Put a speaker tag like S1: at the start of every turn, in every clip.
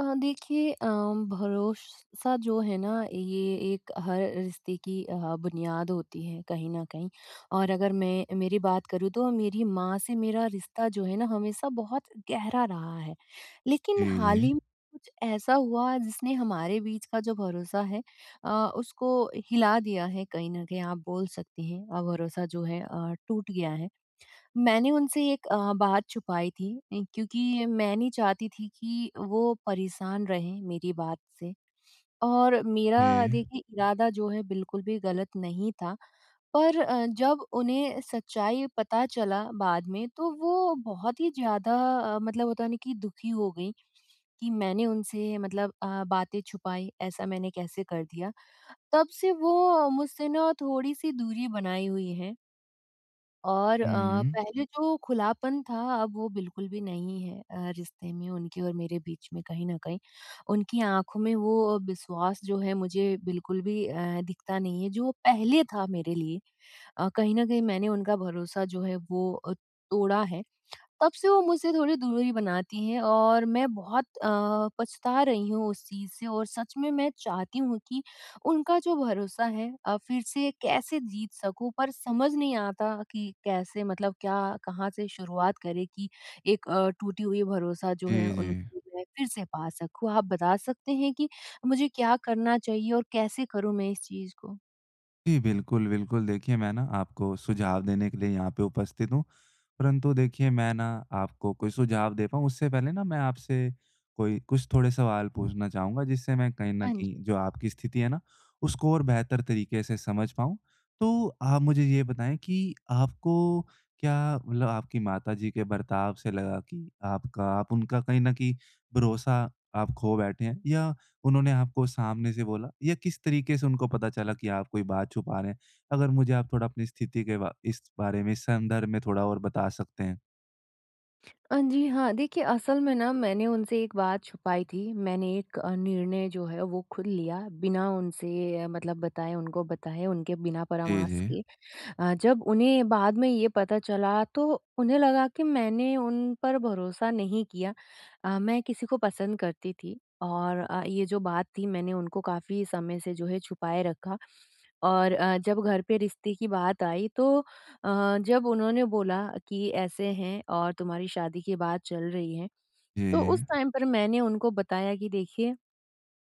S1: देखिए, भरोसा जो है ना ये एक हर रिश्ते की बुनियाद होती है कहीं न कहीं। और अगर मैं मेरी बात करूँ, तो मेरी माँ से मेरा रिश्ता जो है ना, हमेशा बहुत गहरा रहा है।
S2: जी,
S1: लेकिन हाल
S2: जी।
S1: ही में कुछ ऐसा हुआ जिसने हमारे बीच का जो भरोसा है, अ, उसको हिला दिया है, कहीं न कहीं आप बोल सकती हैं। भरोसा जो है टूट गया है। मैंने उनसे एक बात छुपाई थी, क्योंकि मैं नहीं चाहती थी कि वो परेशान रहें मेरी बात से। और मेरा,
S2: जी।
S1: देखिए, इरादा जो है बिल्कुल भी गलत नहीं था। पर जब उन्हें सच्चाई पता चला बाद में, तो वो बहुत ही ज़्यादा मतलब होता नहीं कि दुखी हो गई, कि मैंने उनसे मतलब बातें छुपाई, ऐसा मैंने कैसे कर दिया। तब से वो मुझसे ना थोड़ी सी दूरी बनाई हुई है, और
S2: हुँ।
S1: पहले जो खुलापन था, अब वो बिल्कुल भी नहीं है रिश्ते में उनके और मेरे बीच में, कहीं न कहीं। उनकी आँखों में वो विश्वास जो है, मुझे बिल्कुल भी दिखता नहीं है, जो पहले था मेरे लिए। कहीं न कहीं मैंने उनका भरोसा जो है वो तोड़ा है। तब से वो मुझसे थोड़ी दूरी बनाती हैं, और मैं बहुत पछता रही हूँ उस चीज़ से। और सच में मैं चाहती हूँ कि उनका जो भरोसा है फिर से कैसे जीत सकूँ, पर समझ नहीं आता कि कैसे, मतलब क्या, कहाँ से शुरुआत करें कि एक टूटी हुई भरोसा जो
S2: जी,
S1: है
S2: जी।
S1: उनको, मैं फिर से पा सकूँ। आप बता सकते हैं कि मुझे क्या करना चाहिए, और कैसे करूँ मैं इस चीज़ को?
S2: जी, बिल्कुल, बिल्कुल। देखिए, मैं ना आपको सुझाव देने के लिए यहाँ पे उपस्थित हूँ। परंतु देखिए मैं ना आपको कोई सुझाव दे पाऊँ उससे पहले ना मैं आपसे कोई कुछ थोड़े सवाल पूछना चाहूँगा जिससे मैं कहीं न
S1: हाँ
S2: कहीं
S1: जी।
S2: जो आपकी स्थिति है ना उसको और बेहतर तरीके से समझ पाऊँ। तो आप मुझे ये बताएँ कि आपको क्या मतलब आपकी माताजी के बर्ताव से लगा कि आपका आप उनका कहीं न कहीं भरोसा आप खो बैठे हैं या उन्होंने आपको सामने से बोला या किस तरीके से उनको पता चला कि आप कोई बात छुपा रहे हैं? अगर मुझे आप थोड़ा अपनी स्थिति के बा इस बारे में, इस संदर्भ में थोड़ा और बता सकते हैं?
S1: जी हाँ, देखिए असल में ना मैंने उनसे एक बात छुपाई थी। मैंने एक निर्णय जो है वो खुद लिया बिना उनसे, मतलब बताए, उनको बताए, उनके बिना
S2: जी,
S1: परामर्श
S2: जी।
S1: के। जब उन्हें बाद में ये पता चला, तो उन्हें लगा कि मैंने उन पर भरोसा नहीं किया। मैं किसी को पसंद करती थी, और ये जो बात थी, मैंने उनको काफ़ी समय से जो है छुपाए रखा। और जब घर पे रिश्ते की बात आई, तो जब उन्होंने बोला कि ऐसे हैं और तुम्हारी शादी की बात चल रही है,
S2: जी,
S1: तो उस
S2: जी।
S1: टाइम पर मैंने उनको बताया कि देखिए,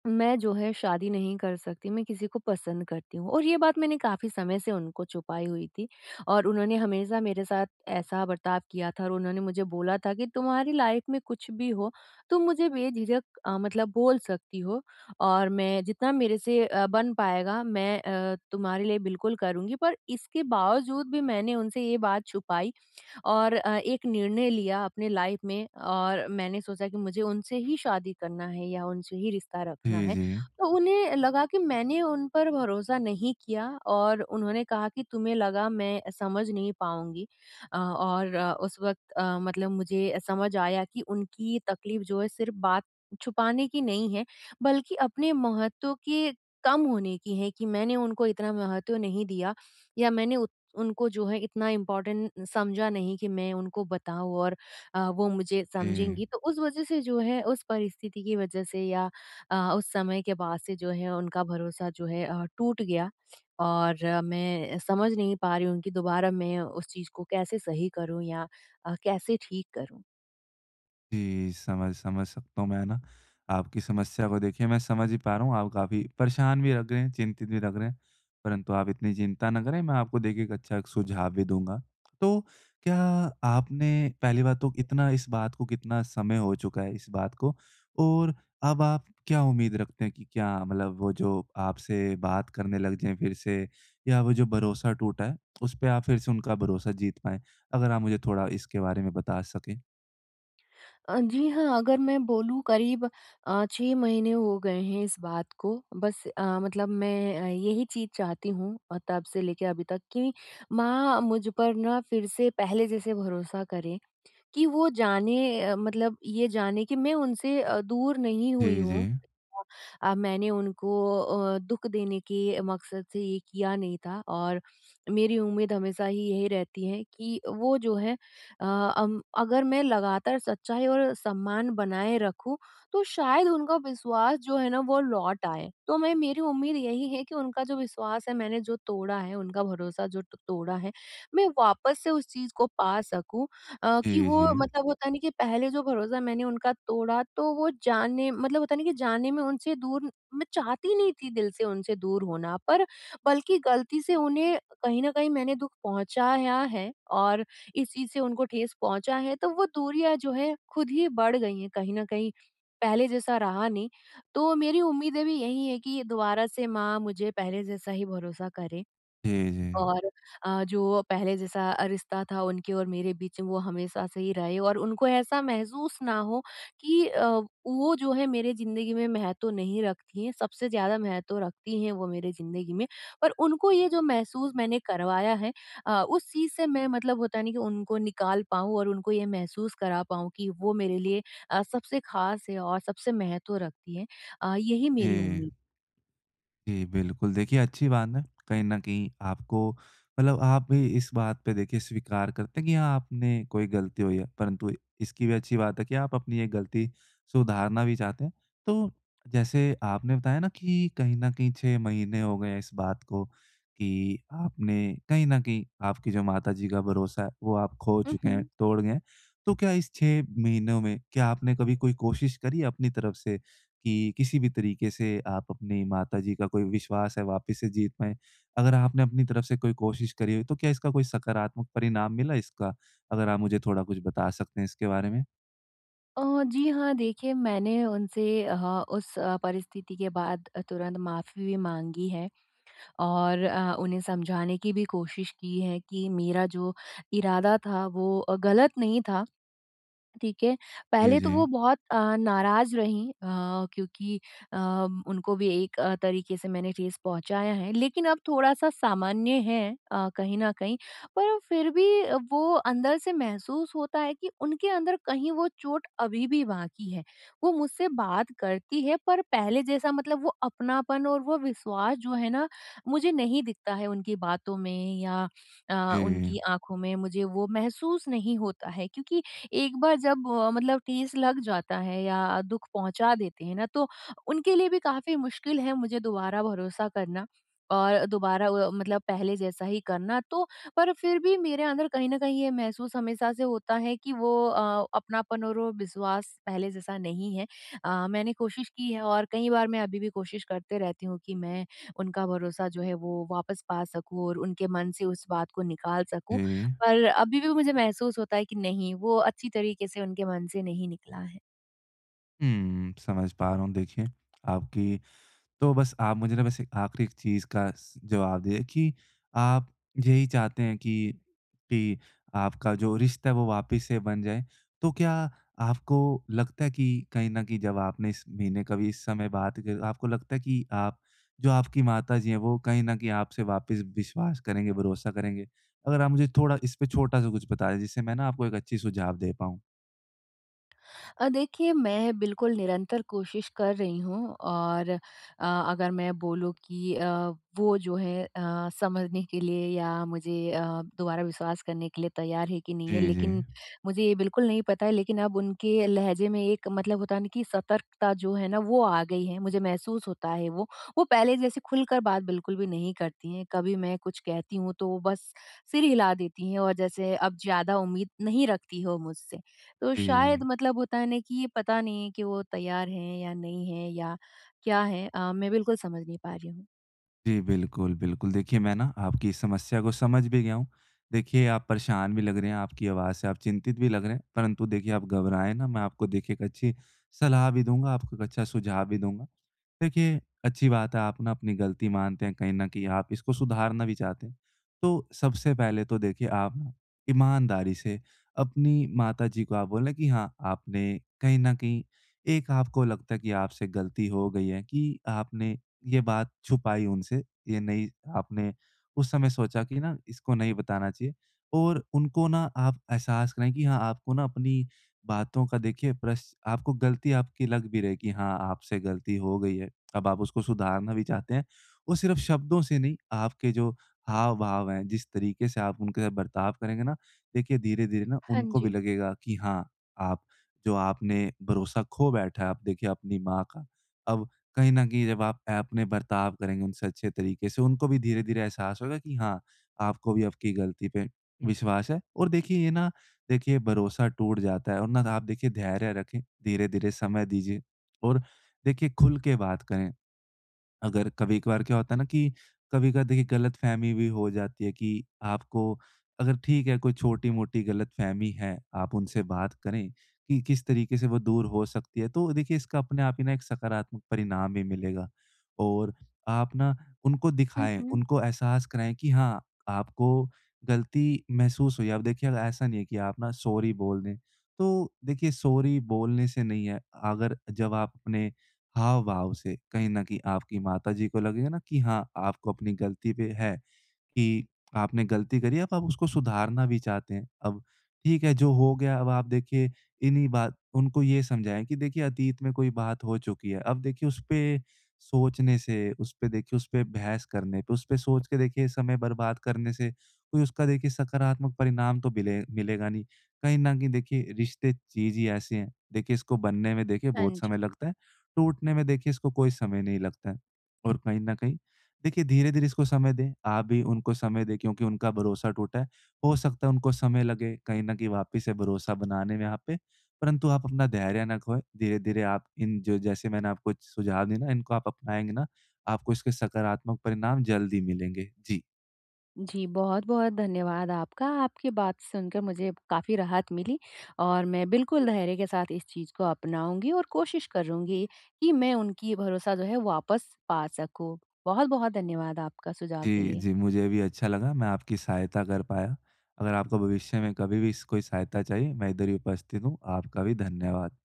S1: मैं जो है शादी नहीं कर सकती, मैं किसी को पसंद करती हूँ, और ये बात मैंने काफ़ी समय से उनको छुपाई हुई थी। और उन्होंने हमेशा मेरे साथ ऐसा बर्ताव किया था, और उन्होंने मुझे बोला था कि तुम्हारी लाइफ में कुछ भी हो, तुम मुझे बेझिझक मतलब बोल सकती हो। और मैं जितना मेरे से बन पाएगा, मैं तुम्हारे लिए बिल्कुल करूँगी। पर इसके बावजूद भी मैंने उनसे ये बात छुपाई, और एक निर्णय लिया अपने लाइफ में, और मैंने सोचा कि मुझे उनसे ही शादी करना है या उनसे ही रिश्ता रखना
S2: जी,
S1: है।
S2: जी।
S1: तो उन्हें लगा कि मैंने उन पर भरोसा नहीं किया, और उन्होंने कहा कि तुम्हें लगा मैं समझ नहीं पाऊँगी। और उस वक़्त मतलब मुझे समझ आया कि उनकी तकलीफ़ जो है सिर्फ़ बात छुपाने की नहीं है, बल्कि अपने महत्व के कम होने की है, कि मैंने उनको इतना महत्व नहीं दिया, या मैंने उनको जो है इतना इम्पोर्टेंट समझा नहीं कि मैं उनको बताऊँ, और वो मुझे
S2: जी।
S1: समझेंगी। तो उस वज़ह से जो है, उस परिस्थिति की वज़ह से, या उस समय के बाद से जो है, उनका भरोसा जो है टूट गया। और मैं समझ नहीं पा रही हूँ कि दोबारा मैं उस चीज़ को कैसे सही करूँ, या कैसे ठीक करूँ?
S2: जी, समझ समझ सकता हूँ मैं ना, आपकी समस्या को देखिए मैं समझ ही पा रहा हूँ, आप काफ़ी परेशान भी लग रहे हैं, चिंतित भी लग रहे हैं, परंतु आप इतनी चिंता ना करें, मैं आपको देखिए एक सुझाव भी दूँगा। तो क्या आपने पहली बात तो इतना इस बात को कितना समय हो चुका है इस बात को? और अब आप क्या उम्मीद रखते हैं कि क्या मतलब वो जो आपसे बात करने लग जाएँ फिर से या वो जो भरोसा टूटा है, उसपे आप फिर से उनका भरोसा जीत पाएँ? अगर आप मुझे थोड़ा इसके बारे में बता सकें।
S1: जी हाँ, अगर मैं बोलूँ करीब 6 महीने हो गए हैं इस बात को। बस मतलब मैं यही चीज़ चाहती हूँ, तब से लेके अभी तक, कि माँ मुझ पर ना फिर से पहले जैसे भरोसा करें। कि वो जाने, मतलब ये जाने कि मैं उनसे दूर नहीं हुई
S2: जी, जी।
S1: हूँ। मैंने उनको दुःख देने के मकसद से ये किया नहीं था, और मेरी उम्मीद हमेशा ही यही रहती है कि वो जो है, अगर मैं लगातार सच्चाई और सम्मान बनाए रखूँ, तो शायद उनका विश्वास जो है ना, वो लौट आए। तो मैं, मेरी उम्मीद यही है कि उनका जो विश्वास है मैंने जो तोड़ा है, उनका भरोसा जो ट तोड़ा है, मैं वापस से उस चीज़ को पा सकूँ।
S2: जी,
S1: कि
S2: जी।
S1: वो मतलब होता नहीं कि पहले जो भरोसा मैंने उनका तोड़ा, तो वो जाने मतलब होता नहीं कि जाने में उनसे दूर। मैं चाहती नहीं थी दिल से उनसे दूर होना, पर बल्कि गलती से उन्हें कहीं न कहीं मैंने दुःख पहुँचाया है, और इस चीज़ से उनको ठेस पहुँचा है, तो वो दूरियाँ जो है खुद ही बढ़ गई हैं, कहीं न कहीं, पहले जैसा रहा नहीं। तो मेरी उम्मीदें भी यही है कि दोबारा से माँ मुझे पहले जैसा ही भरोसा करे,
S2: जी, जी।
S1: और जो पहले जैसा रिश्ता था उनके और मेरे बीच में, वो हमेशा से ही रहे, और उनको ऐसा महसूस ना हो कि वो जो है मेरे ज़िंदगी में महत्व नहीं रखती हैं, सबसे ज़्यादा महत्व रखती हैं वो मेरे ज़िंदगी में। पर उनको ये जो महसूस मैंने करवाया है, उस चीज़ से मैं, मतलब होता है ना कि उनको निकाल पाऊँ, और उनको ये महसूस करा पाऊँ कि वो मेरे लिए सबसे ख़ास है, और सबसे महत्व रखती है। यही मेरी
S2: जी,
S1: उम्मीद।
S2: जी, बिल्कुल। देखिए अच्छी बात है, कहीं न कहीं आपको मतलब आप भी इस बात पे देखिए स्वीकार करते हैं कि हाँ, आपने कोई गलती हुई है, परंतु इसकी भी अच्छी बात है कि आप अपनी ये गलती सुधारना भी चाहते हैं। तो जैसे आपने बताया ना कि कहीं न कहीं 6 महीने हो गए हैं इस बात को कि आपने कहीं न कहीं आपकी जो माताजी का भरोसा है, वो आप खो चुके
S1: उहुँ।
S2: हैं, तोड़ गए हैं। तो क्या इस 6 महीनों में क्या आपने कभी कोई कोशिश करी है अपनी तरफ से कि किसी भी तरीके से आप अपनी माताजी का कोई विश्वास है वापस से जीत पाएँ? अगर आपने अपनी तरफ से कोई कोशिश करी हो, तो क्या इसका कोई सकारात्मक परिणाम मिला इसका? अगर आप मुझे थोड़ा कुछ बता सकते हैं इसके बारे में?
S1: जी हाँ, देखिए मैंने उनसे उस परिस्थिति के बाद तुरंत माफ़ी भी माँगी है, और उन्हें समझाने की भी कोशिश की है कि मेरा जो इरादा था वो गलत नहीं था। ठीक है।
S2: जी,
S1: पहले तो
S2: जी।
S1: वो बहुत नाराज़ रहीं, क्योंकि अ, उनको भी एक तरीके से मैंने ठेस पहुँचाया है, लेकिन अब थोड़ा-सा सामान्य है, कहीं न कहीं। पर फिर भी वो अंदर से महसूस होता है कि उनके अंदर कहीं वो चोट अभी भी बाकी है। वो मुझसे बात करती है, पर पहले जैसा मतलब वो अपनापन और वो विश्वास जो है ना, मुझे नहीं दिखता है उनकी बातों में, या
S2: जी,
S1: उनकी आँखों में मुझे वो महसूस नहीं होता है, क्योंकि एक बार जब मतलब ठेस लग जाता है या दुख पहुंचा देते हैं ना, तो उनके लिए भी काफी मुश्किल है मुझे दोबारा भरोसा करना, और दोबारा वो मतलब पहले जैसा ही करना। तो पर फिर भी मेरे अंदर कहीं ना कहीं ये महसूस हमेशा से होता है कि वो अपनापन और वो विश्वास पहले जैसा नहीं है। मैंने कोशिश की है, और कई बार मैं अभी भी कोशिश करते रहती हूँ कि मैं उनका भरोसा जो है वो वापस पा सकूँ, और उनके मन से उस बात को निकाल सकूँ।
S2: जी।
S1: पर अभी भी मुझे महसूस होता है कि नहीं, वो अच्छी तरीके से उनके मन से नहीं निकला है।
S2: हुँ, समझ पा रहा हूँ देखिए, आपकी तो बस आप मुझे ना बस एक आखिरी एक चीज़ का स जवाब दीजिए कि आप यही चाहते हैं कि आपका जो रिश्ता है वो वापस से बन जाए। तो क्या आपको लगता है कि कहीं न कहीं जब आपने इस महीने का भी इस समय बात कर आपको लगता है कि आप जो आपकी माताजी हैं वो कहीं न कहीं आपसे वापस विश्वास करेंगे, भरोसा करेंगे? अगर आप मुझे थोड़ा इस पे छोटा-सा कुछ बता दें जिससे मैं ना आपको एक अच्छी सुझाव दे पाऊँ।
S1: देखिए मैं बिल्कुल निरंतर कोशिश कर रही हूँ, और अगर मैं बोलूँ कि वो जो है समझने के लिए या मुझे दोबारा विश्वास करने के लिए तैयार है कि
S2: जी,
S1: नहीं है,
S2: जी।
S1: लेकिन मुझे ये बिल्कुल नहीं पता है, लेकिन अब उनके लहजे में एक मतलब होता है ना कि सतर्कता जो है ना, वो आ गई है, मुझे महसूस होता है वो पहले जैसे खुलकर बात बिल्कुल भी नहीं करती हैं। कभी मैं कुछ कहती हूँ, तो वो बस सिर हिला देती हैं, और जैसे अब ज़्यादा उम्मीद नहीं रखती हो मुझसे। तो शायद,
S2: जी।
S1: मतलब होता है ना कि ये पता नहीं है कि वो तैयार हैं या नहीं हैं, या क्या है। मैं बिल्कुल समझ नहीं पा रही हूँ।
S2: जी, बिल्कुल, बिल्कुल। देखिए, मैं ना आपकी इस समस्या को समझ भी गया हूँ। देखिए, आप परेशान भी लग रहे हैं, आपकी आवाज़ से आप चिंतित भी लग रहे हैं, परंतु देखिए, आप घबराएँ ना, मैं आपको देखिए एक अच्छी सलाह भी दूँगा, आपको एक अच्छा सुझाव भी दूँगा। देखिए, अच्छी बात है, आप ना अपनी गलती मानते हैं, कहीं न कहीं आप इसको सुधारना भी चाहते हैं। तो सबसे पहले तो देखिए, आप ना ईमानदारी से अपनी माताजी को आप बोलें कि हाँ, आपने कहीं न कहीं एक आपको लगता है कि आपसे गलती हो गई है कि आपने ये बात छुपाई उनसे, ये नहीं आपने उस समय सोचा कि ना इसको नहीं बताना चाहिए और उनको ना आप एहसास कराएँ कि हाँ, आपको ना अपनी बातों का देखिए प्रश आपको गलती आपकी लग भी रही है कि हाँ, आपसे गलती हो गई है। अब आप उसको सुधारना भी चाहते हैं। वो सिर्फ़ शब्दों से नहीं, आपके जो हाव-भाव हैं, जिस तरीके से आप उनके साथ बर्ताव करेंगे ना, देखिए धीरे-धीरे ना
S1: हाँ
S2: उनको भी
S1: जी।
S2: लगेगा कि हाँ, आप जो आपने भरोसा खो बैठा है, आप देखिए अपनी माँ का, अब कहीं न कहीं जब आप अपने बर्ताव करेंगे उनसे अच्छे तरीके से, उनको भी धीरे-धीरे एहसास होगा कि हाँ, आपको भी आपकी गलती पे विश्वास है और देखिए ये ना देखिए भरोसा टूट जाता है और ना आप देखिए धैर्य रखें, धीरे-धीरे समय दीजिए और देखिए खुल के बात करें। अगर कभी-कभार क्या होता है ना कि कभी-कभार देखिए गलतफ़हमी भी हो जाती है कि आपको अगर ठीक है कोई छोटी-मोटी गलतफ़हमी है, आप उनसे बात करें कि किस तरीके से वो दूर हो सकती है। तो देखिए इसका अपने आप ही ना एक सकारात्मक परिणाम भी मिलेगा और आप ना उनको
S1: हुँ,
S2: दिखाएँ,
S1: हुँ।
S2: उनको एहसास कराएँ कि हाँ, आपको गलती महसूस हुई है। अब देखिए अगर ऐसा नहीं है कि आप ना सॉरी बोल दें। तो देखिए सॉरी बोलने से नहीं है, अगर जब आप अपने हाव-भाव से कहीं न कहीं आपकी माताजी को लगेगा ना कि हाँ, आपको अपनी गलती पे है। कि आपने गलती करी है, अब आप उसको सुधारना भी चाहते हैं। अब ठीक है, जो हो गया अब आप देखिए इन्हीं बात उनको ये समझाएँ कि देखिए अतीत में कोई बात हो चुकी है। अब देखिए उसपे सोचने से, उसपे देखिए उसपे बहस करने पे, उसपे सोच के देखिए समय बर्बाद करने से कोई उसका देखिए सकारात्मक परिणाम तो मिलेगा नहीं। कहीं न कहीं देखिए रिश्ते चीज़ ही ऐसी हैं, देखिए इसको बनने में देखिए
S1: हाँ
S2: बहुत समय
S1: जी।
S2: लगता है, टूटने में देखिए इसको कोई समय नहीं लगता है। और कहीं न कहीं देखिए, धीरे-धीरे इसको समय दें, आप भी उनको समय दें क्योंकि उनका भरोसा टूटा है। हो सकता है उनको समय लगे कहीं न कहीं वापिस से भरोसा बनाने में आप पे, परंतु आप अपना धैर्य ना खोएँ। धीरे-धीरे आप इन जो जैसे मैंने आपको सुझाव दिए ना, इनको आप अपनाएँगे ना, आपको इसके सकारात्मक परिणाम जल्द ही मिलेंगे। जी।
S1: जी, बहुत-बहुत धन्यवाद आपका। आपकी बात सुनकर मुझे काफ़ी राहत मिली, और मैं बिल्कुल धैर्य के साथ इस चीज़ को अपनाऊँगी और कोशिश करूँगी कि मैं उनकी भरोसा जो है वापस पा सकूँ। बहुत-बहुत धन्यवाद आपका सुझाव के
S2: जी,
S1: लिए।
S2: जी, मुझे भी अच्छा लगा, मैं आपकी सहायता कर पाया। अगर आपको भविष्य में कभी भी स कोई सहायता चाहिए, मैं इधर ही उपस्थित हूँ। आपका भी धन्यवाद।